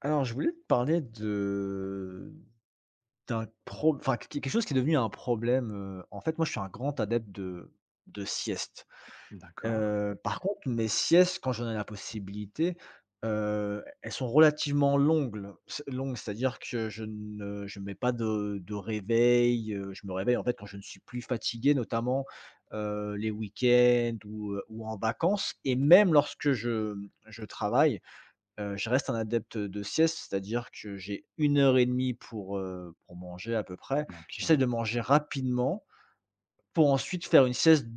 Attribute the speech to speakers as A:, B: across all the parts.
A: Alors, je voulais te parler de d'un pro enfin, qu quelque chose qui est devenu un problème, en fait, moi, je suis un grand adepte de sieste.
B: D'accord,
A: Par contre, mes siestes, quand j'en ai la possibilité, elles sont relativement longues, c'est-à-dire que je ne mets pas de réveil, je me réveille, en fait, quand je ne suis plus fatigué, notamment, les week-ends ou, ou en vacances et même lorsque je travaille. Je reste un adepte de sieste, c'est-à-dire que j'ai une heure et demie pour manger à peu près.
B: OK.
A: J'essaie de manger rapidement pour ensuite faire une sieste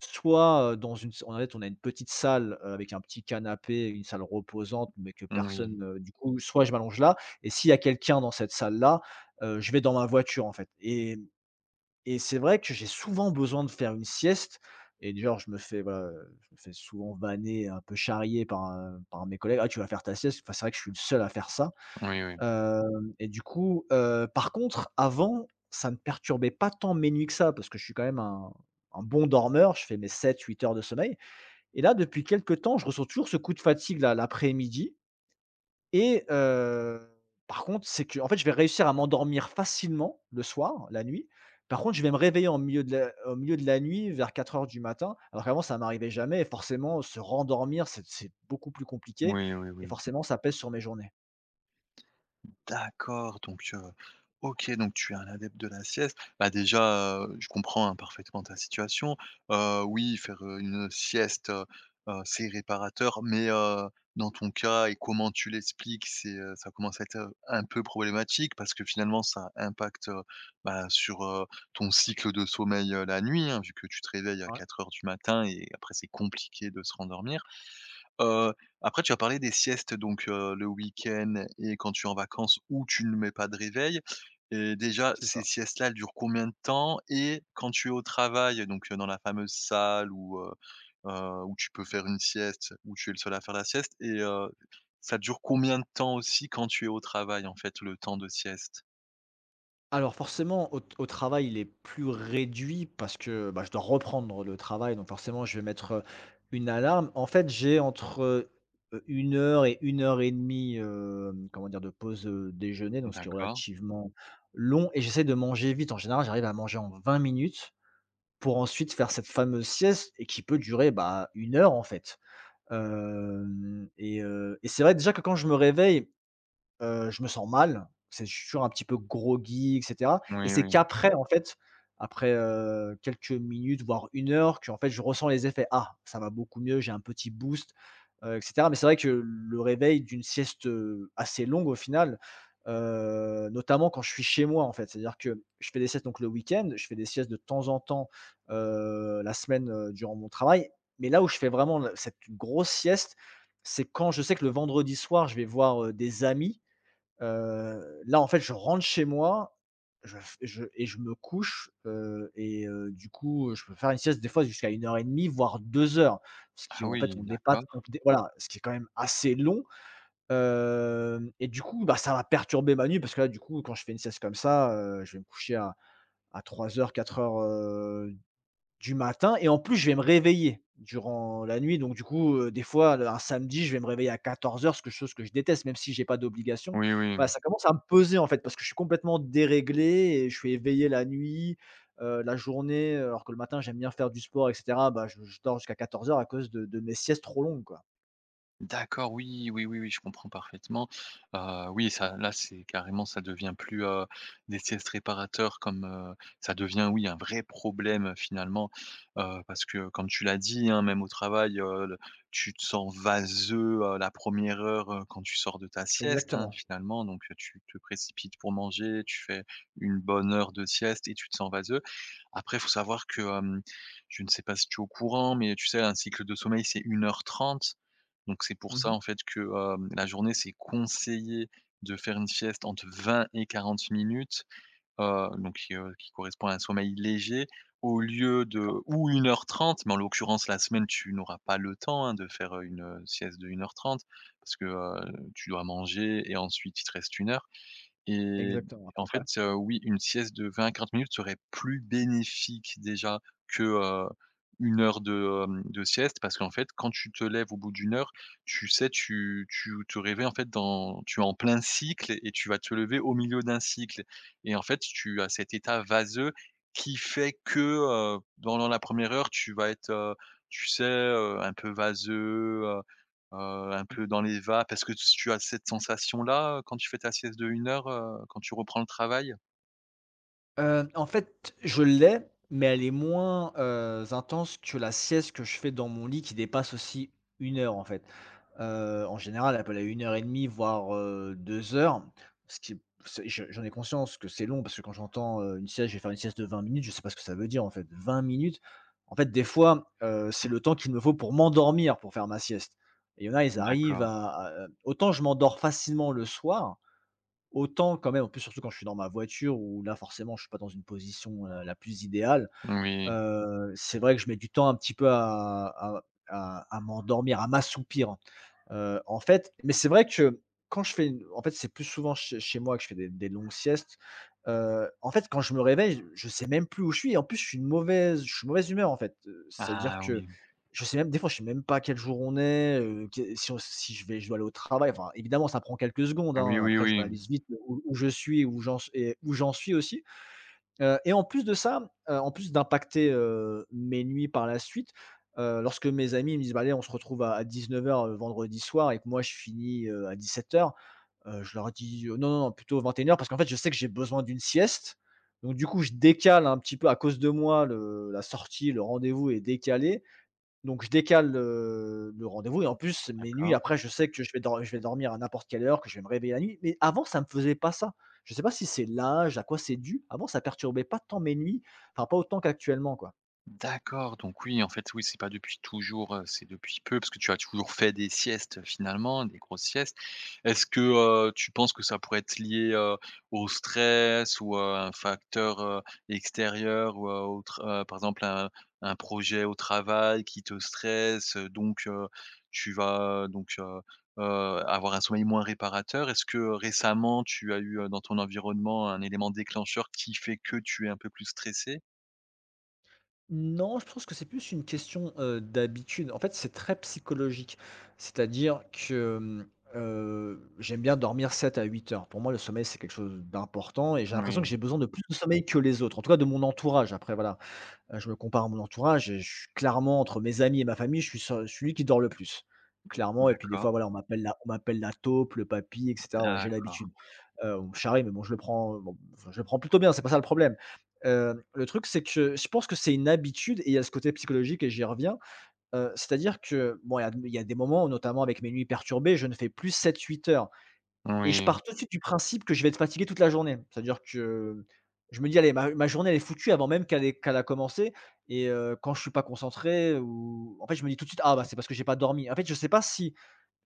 A: soit, dans une en fait, on a une petite salle, avec un petit canapé, une salle reposante, mais que
B: Oui.
A: personne, du coup, soit je m'allonge là et s'il y a quelqu'un dans cette salle-là, je vais dans ma voiture, en fait et c'est vrai que j'ai souvent besoin de faire une sieste et d'ailleurs je me fais, voilà, je me fais souvent vanner, un peu charrier par mes collègues: «Ah tu vas faire ta sieste». Enfin, c'est vrai que je suis le seul à faire ça,
B: Oui, oui.
A: hem Et du coup, par contre avant, ça ne perturbait pas tant mes nuits que ça parce que je suis quand même un bon dormeur, je fais mes 7, 8 heures de sommeil et là, depuis quelque temps, je ressens toujours ce coup de fatigue là, l'après-midi et par contre, c'est que en fait, je vais réussir à m'endormir facilement le soir, la nuit. Par contre, je vais me réveiller en milieu de la au milieu de la nuit, vers quatre heures du matin, alors qu'avant ça m'arrivait jamais et forcément se rendormir, c'est beaucoup plus compliqué
B: Oui, oui,
A: et
B: oui.
A: forcément ça pèse sur mes journées.
B: D'accord, donc OK, donc tu es un adepte de la sieste. Bah, déjà, je comprends, hein, parfaitement ta situation. Oui, faire, une, sieste, c'est réparateur, mais dans ton cas et comment tu l'expliques, c'est, ça commence à être, un peu problématique parce que finalement ça impacte, bah, sur, ton cycle de sommeil, la nuit, hein, vu que tu te réveilles à
A: Ouais,
B: 4 heures du matin et après c'est compliqué de se rendormir. Heu, après tu as parlé des siestes donc, le week-end et quand tu es en vacances où tu ne mets pas de réveil et déjà
A: c'est ça.
B: ces siestes-là, elles durent combien de temps? Et quand tu es au travail donc, dans la fameuse salle où, où tu peux faire une sieste, où tu es le seul à faire la sieste et ça dure combien de temps aussi quand tu es au travail en fait, le temps de sieste?
A: Alors forcément, au travail, il est plus réduit parce que, bah, je dois reprendre le travail, donc forcément, je vais mettre, une alarme. En fait, j'ai entre, heu, heure et une heure et demie, 2 comment dire? De pause, déjeuner, donc ce qui est
B: D'accord.
A: relativement long et j'essaie de manger vite. En général, j'arrive à manger en 20 minutes pour ensuite faire cette fameuse sieste et qui peut durer, bah, 1 heure, en fait. Hem et c'est vrai déjà que quand je me réveille, je me sens mal, c'est je suis toujours un petit peu groggy et cetera et
B: Oui,
A: c'est
B: oui.
A: qu'après, en fait, après, quelques minutes, voire une heure, qu'en fait, je ressens les effets. Ah, ça va beaucoup mieux, j'ai un petit boost, et cetera mais c'est vrai que le réveil d'une sieste, assez longue au final, notamment quand je suis chez moi, en fait, c'est-à-dire que je fais des siestes donc le week-end, je fais des siestes de temps en temps, la semaine, durant mon travail mais là où je fais vraiment le cette grosse sieste, c'est quand je sais que le vendredi soir, je vais voir, des amis. Là, en fait, je rentre chez moi, je f je et je me couche, et du coup, je peux faire une sieste des fois jusqu'à une heure et demie voire deux heures. Ce qui,
B: Ah
A: en fait,
B: oui,
A: on
B: d'accord.
A: dépasse on dé voilà, ce qui est quand même assez long, hem et du coup, bah, ça va perturber ma nuit parce que là, du coup, quand je fais une sieste comme ça, je vais me coucher à trois heures quatre heures du matin et en plus, je vais me réveiller durant la nuit. Donc, du coup, des fois, le un samedi, je vais me réveiller à 14 heures ce que chose que je déteste, même si j'ai pas d'obligation.
B: Oui, oui.
A: Voilà, ça commence à me peser, en fait, parce que je suis complètement déréglé et je suis éveillé la nuit, la journée, alors que le matin, j'aime bien faire du sport et cetera. Bah, je dors jusqu'à 14 heures à cause de mes siestes trop longues, quoi.
B: D'accord, oui, oui, oui, oui, je comprends parfaitement. Oui, ça là, c'est carrément ça devient plus, des siestes réparateurs comme, ça devient, oui, un vrai problème, finalement, parce que comme tu l'as dit, hein, même au travail, le tu te sens vaseux, la première heure, quand tu sors de ta sieste, hein,
A: Exactement.
B: finalement, donc tu te précipites pour manger, tu fais une bonne heure de sieste et tu te sens vaseux. Après, il faut savoir que, je ne sais pas si tu es au courant, mais tu sais, un cycle de sommeil, c'est 1 h 30. Donc c'est pour ça
A: Mmh.
B: en fait que, la journée, c'est conseillé de faire une sieste entre 20 et 40 minutes, donc qui correspond à un sommeil léger au lieu de
A: D'accord.
B: ou 1 h 30. Mais en l'occurrence la semaine, tu n'auras pas le temps, hein, de faire, une, sieste de 1 h 30 parce que,
A: Mmh.
B: tu dois manger et ensuite il te reste une heure. Et
A: Exactement, à peu
B: en
A: près.
B: fait, oui, une sieste de 20 à 40 minutes serait plus bénéfique déjà que, 1 heure de, de sieste parce qu'en fait, quand tu te lèves au bout d'une heure, tu sais, tu te réveilles en fait dans tu es en plein cycle et tu vas te lever au milieu d'un cycle et en fait, tu as cet état vaseux qui fait que, pendant la première heure, tu vas être, tu sais, un peu vaseux, un peu dans les vapes, est-ce que tu as cette sensation-là, quand tu fais ta sieste de une heure, quand tu reprends le travail?
A: En fait, je l'ai, mais elle est moins, intense que la sieste que je fais dans mon lit qui dépasse aussi une heure, en fait. En général, elle peut aller à 1 heure et demie, voire, 2 heures, ce qui c'est je j'en ai conscience que c'est long parce que quand j'entends, une sieste, je vais faire une sieste de 20 minutes, je sais pas ce que ça veut dire, en fait, 20 minutes. En fait, des fois, c'est le temps qu'il me faut pour m'endormir pour faire ma sieste et il y en a, ils arrivent
B: D'accord.
A: à, autant je m'endors facilement le soir, autant quand même, en plus surtout quand je suis dans ma voiture où là forcément je suis pas dans une position, la plus idéale.
B: Oui.
A: C'est vrai que je mets du temps un petit peu à m'endormir, à m'assoupir, hein. En fait mais c'est vrai que quand je fais une en fait, c'est plus souvent chez moi que je fais des longues siestes. En fait, quand je me réveille, je sais même plus où je suis. En plus, je suis de mauvaise humeur, en fait. C'est-à-dire
B: Ah
A: que
B: oui.
A: je sais même des fois, je sais même pas quel jour on est, que si on si je vais je dois aller au travail. Enfin, évidemment, ça prend quelques secondes,
B: Oui,
A: hein.
B: oui,
A: Après, je
B: oui.
A: réalise vite où je suis, où j'en suis aussi. Et en plus de ça, en plus d'impacter, mes nuits par la suite, lorsque mes amis me disent: «Bah, allez, on se retrouve à 19 h, vendredi soir» et que moi je finis, à 17 h, je leur dis: «Non, non, non, plutôt 21 h» parce qu'en fait, je sais que j'ai besoin d'une sieste. Donc du coup, je décale un petit peu à cause de moi le la sortie, le rendez-vous est décalé donc je décale le rendez-vous et en plus, mes nuits
B: D'accord.
A: après, je sais que je vais dormir à n'importe quelle heure, que je vais me réveiller la nuit. Mais avant, ça ne me faisait pas ça. Je ne sais pas si c'est l'âge, à quoi c'est dû. Avant, ça perturbait pas tant mes nuits, enfin pas autant qu'actuellement, quoi.
B: D'accord, donc oui, en fait, oui, c'est pas depuis toujours, c'est depuis peu, parce que tu as toujours fait des siestes, finalement, des grosses siestes. Est-ce que, tu penses que ça pourrait être lié, au stress ou à un facteur, extérieur ou à autre, par exemple, un projet au travail qui te stresse, donc tu vas donc heu, avoir un sommeil moins réparateur? Est-ce que, récemment, tu as eu, dans ton environnement un élément déclencheur qui fait que tu es un peu plus stressé.
A: Non, je pense que c'est plus une question, d'habitude. En fait, c'est très psychologique. C'est-à-dire que j'aime bien dormir 7 à 8 heures. Pour moi, le sommeil, c'est quelque chose d'important et j'ai l'impression que
B: Oui,
A: j'ai besoin de plus de sommeil que les autres, en tout cas de mon entourage après voilà. Je me compare à mon entourage et je suis clairement entre mes amis et ma famille, je suis ce celui qui dort le plus, clairement et puis des
B: d'accord.
A: fois, voilà, on m'appelle la taupe, le papy et cetera, voilà, j'ai
B: D'accord.
A: l'habitude. On me charrie mais bon, je le prends bon, enfin, je le prends plutôt bien, c'est pas ça le problème. Le truc, c'est que je pense que c'est une habitude et il y a ce côté psychologique et j'y reviens, c'est-à-dire que bon, il y a des moments, notamment avec mes nuits perturbées, je ne fais plus sept, huit heures. Et je
B: Oui,
A: pars tout de suite du principe que je vais être fatigué toute la journée. C'est-à-dire que je me dis: «Allez, ma journée, elle est foutue» avant même qu'elle a commencé et quand je suis pas concentré ou en fait, je me dis tout de suite: «Ah, bah, c'est parce que j'ai pas dormi». En fait, je sais pas si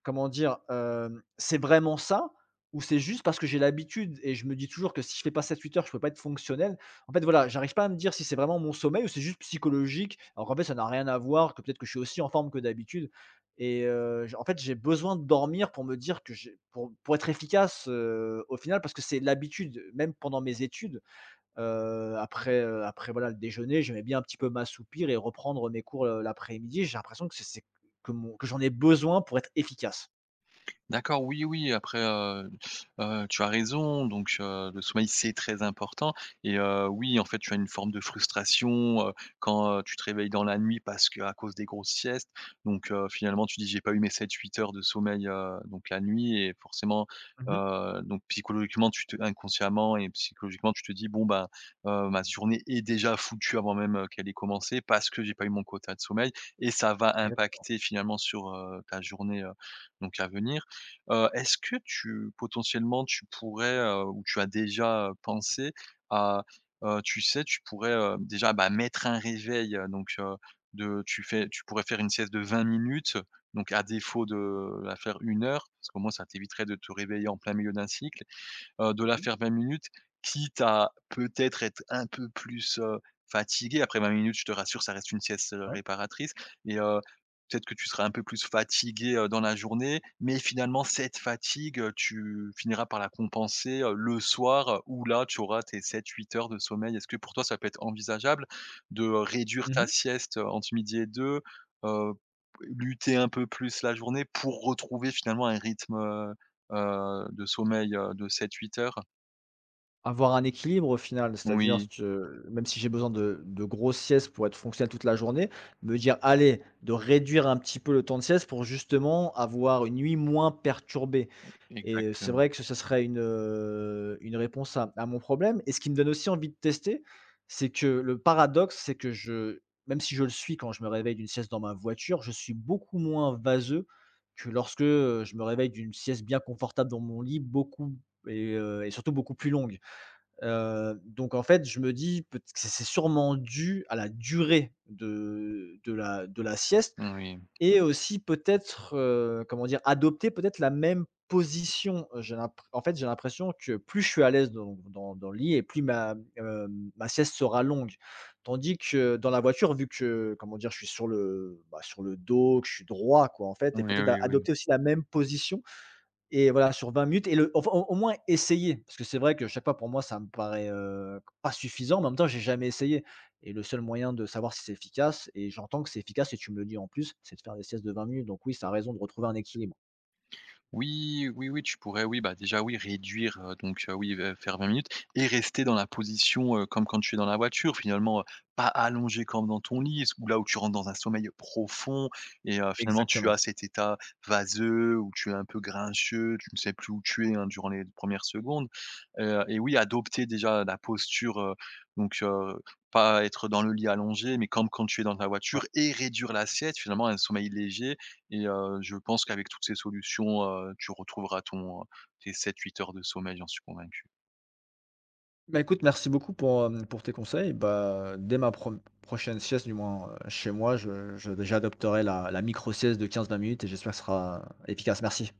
A: comment dire? C'est vraiment ça ou c'est juste parce que j'ai l'habitude et je me dis toujours que si je fais pas sept huit heures, je peux pas être fonctionnel. En fait, voilà, j'arrive pas à me dire si c'est vraiment mon sommeil ou c'est juste psychologique, alors qu'en fait, ça n'a rien à voir, que peut-être que je suis aussi en forme que d'habitude et j en fait, j'ai besoin de dormir pour me dire que j'ai pour être efficace, au final parce que c'est l'habitude, même pendant mes études, après, voilà le déjeuner, j'aimais bien un petit peu m'assoupir et reprendre mes cours, l'après-midi. J'ai l'impression que c'est que mon que j'en ai besoin pour être efficace.
B: d'accord, oui, oui, après, tu as raison, donc le sommeil, c'est très important et oui, en fait, tu as une forme de frustration, quand, tu te réveilles dans la nuit parce qu'à cause des grosses siestes, donc finalement, tu dis: «J'ai pas eu mes 7-8 heures de sommeil, donc la nuit» et forcément,
A: Mmh mh.
B: donc psychologiquement, tu te inconsciemment et psychologiquement, tu te dis: «Bon, ben, ma journée est déjà foutue avant même, qu'elle ait commencé parce que j'ai pas eu mon quota de sommeil» et ça va
A: Exact.
B: impacter finalement sur, ta journée, donc à venir. Est-ce que tu potentiellement, tu pourrais, ou tu as déjà, pensé à, tu sais, tu pourrais, déjà, bah, mettre un réveil, donc, de tu fais tu pourrais faire une sieste de 20 minutes, donc à défaut de la faire une heure, parce qu'au moins ça t'éviterait de te réveiller en plein milieu d'un cycle, de la
A: Mmh mh.
B: faire 20 minutes, quitte à peut-être être un peu plus, fatigué. Après 20 minutes, je te rassure, ça reste une sieste,
A: Ouais.
B: réparatrice et peut-être que tu seras un peu plus fatigué, dans la journée, mais finalement cette fatigue, tu finiras par la compenser, le soir, où là tu auras tes 7-8 heures de sommeil. Est-ce que pour toi ça peut être envisageable de, réduire
A: Mmh mh.
B: ta sieste, entre midi et deux, heu, lutter un peu plus la journée pour retrouver finalement un rythme, de sommeil, de 7-8 heures.
A: Avoir un équilibre au final, c'est-à-dire
B: Oui,
A: que même si j'ai besoin de grosses siestes pour être fonctionnel toute la journée, me dire: «Allez», de réduire un petit peu le temps de sieste pour justement avoir une nuit moins perturbée. Et c'est
B: exactement.
A: vrai que ce serait une réponse à mon problème et ce qui me donne aussi envie de tester, c'est que le paradoxe, c'est que je même si je le suis quand je me réveille d'une sieste dans ma voiture, je suis beaucoup moins vaseux que lorsque, je me réveille d'une sieste bien confortable dans mon lit, beaucoup et surtout beaucoup plus longue. Donc en fait, je me dis peut que c'est sûrement dû à la durée de la sieste
B: Oui.
A: et aussi peut-être, comment dire? Adopter peut-être la même position. J'ai l'impr En fait, j'ai l'impression que plus je suis à l'aise dans le lit et plus ma, ma sieste sera longue. Tandis que dans la voiture, vu que, comment dire? Je suis sur le, bah, sur le dos, que je suis droit quoi, en fait
B: Oui,
A: et peut-être a
B: oui, oui.
A: adopter aussi la même position et voilà, sur 20 minutes et au moins essayer, parce que c'est vrai que, chaque fois pour moi, ça me paraît, pas suffisant, mais en même temps, j'ai jamais essayé et le seul moyen de savoir si c'est efficace et j'entends que c'est efficace et tu me le dis en plus, c'est de faire des siestes de 20 minutes donc oui, ça a raison de retrouver un équilibre.
B: Oui, oui, oui, tu pourrais, oui, bah, déjà, oui, réduire, donc oui, faire 20 minutes et rester dans la position, comme quand tu es dans la voiture, finalement, pas allongé comme dans ton lit, ou là où tu rentres dans un sommeil profond et finalement, tu
A: Exactement,
B: as cet état vaseux où tu es un peu grincheux, tu ne sais plus où tu es, hein, durant les premières secondes, et oui, adopter déjà la posture, donc pas être dans le lit allongé, mais comme quand tu es dans ta
A: ouais.
B: voiture et réduire l'assiette, finalement, un sommeil léger et je pense qu'avec toutes ces solutions, tu retrouveras ton, tes 7-8 heures de sommeil, j'en suis convaincu.
A: Bah, écoute, merci beaucoup pour, pour tes conseils. Bah, dès ma pro prochaine sieste, du moins, chez moi, je j'adopterai la micro sieste de 15 20 minutes et j'espère que ce sera efficace. Merci.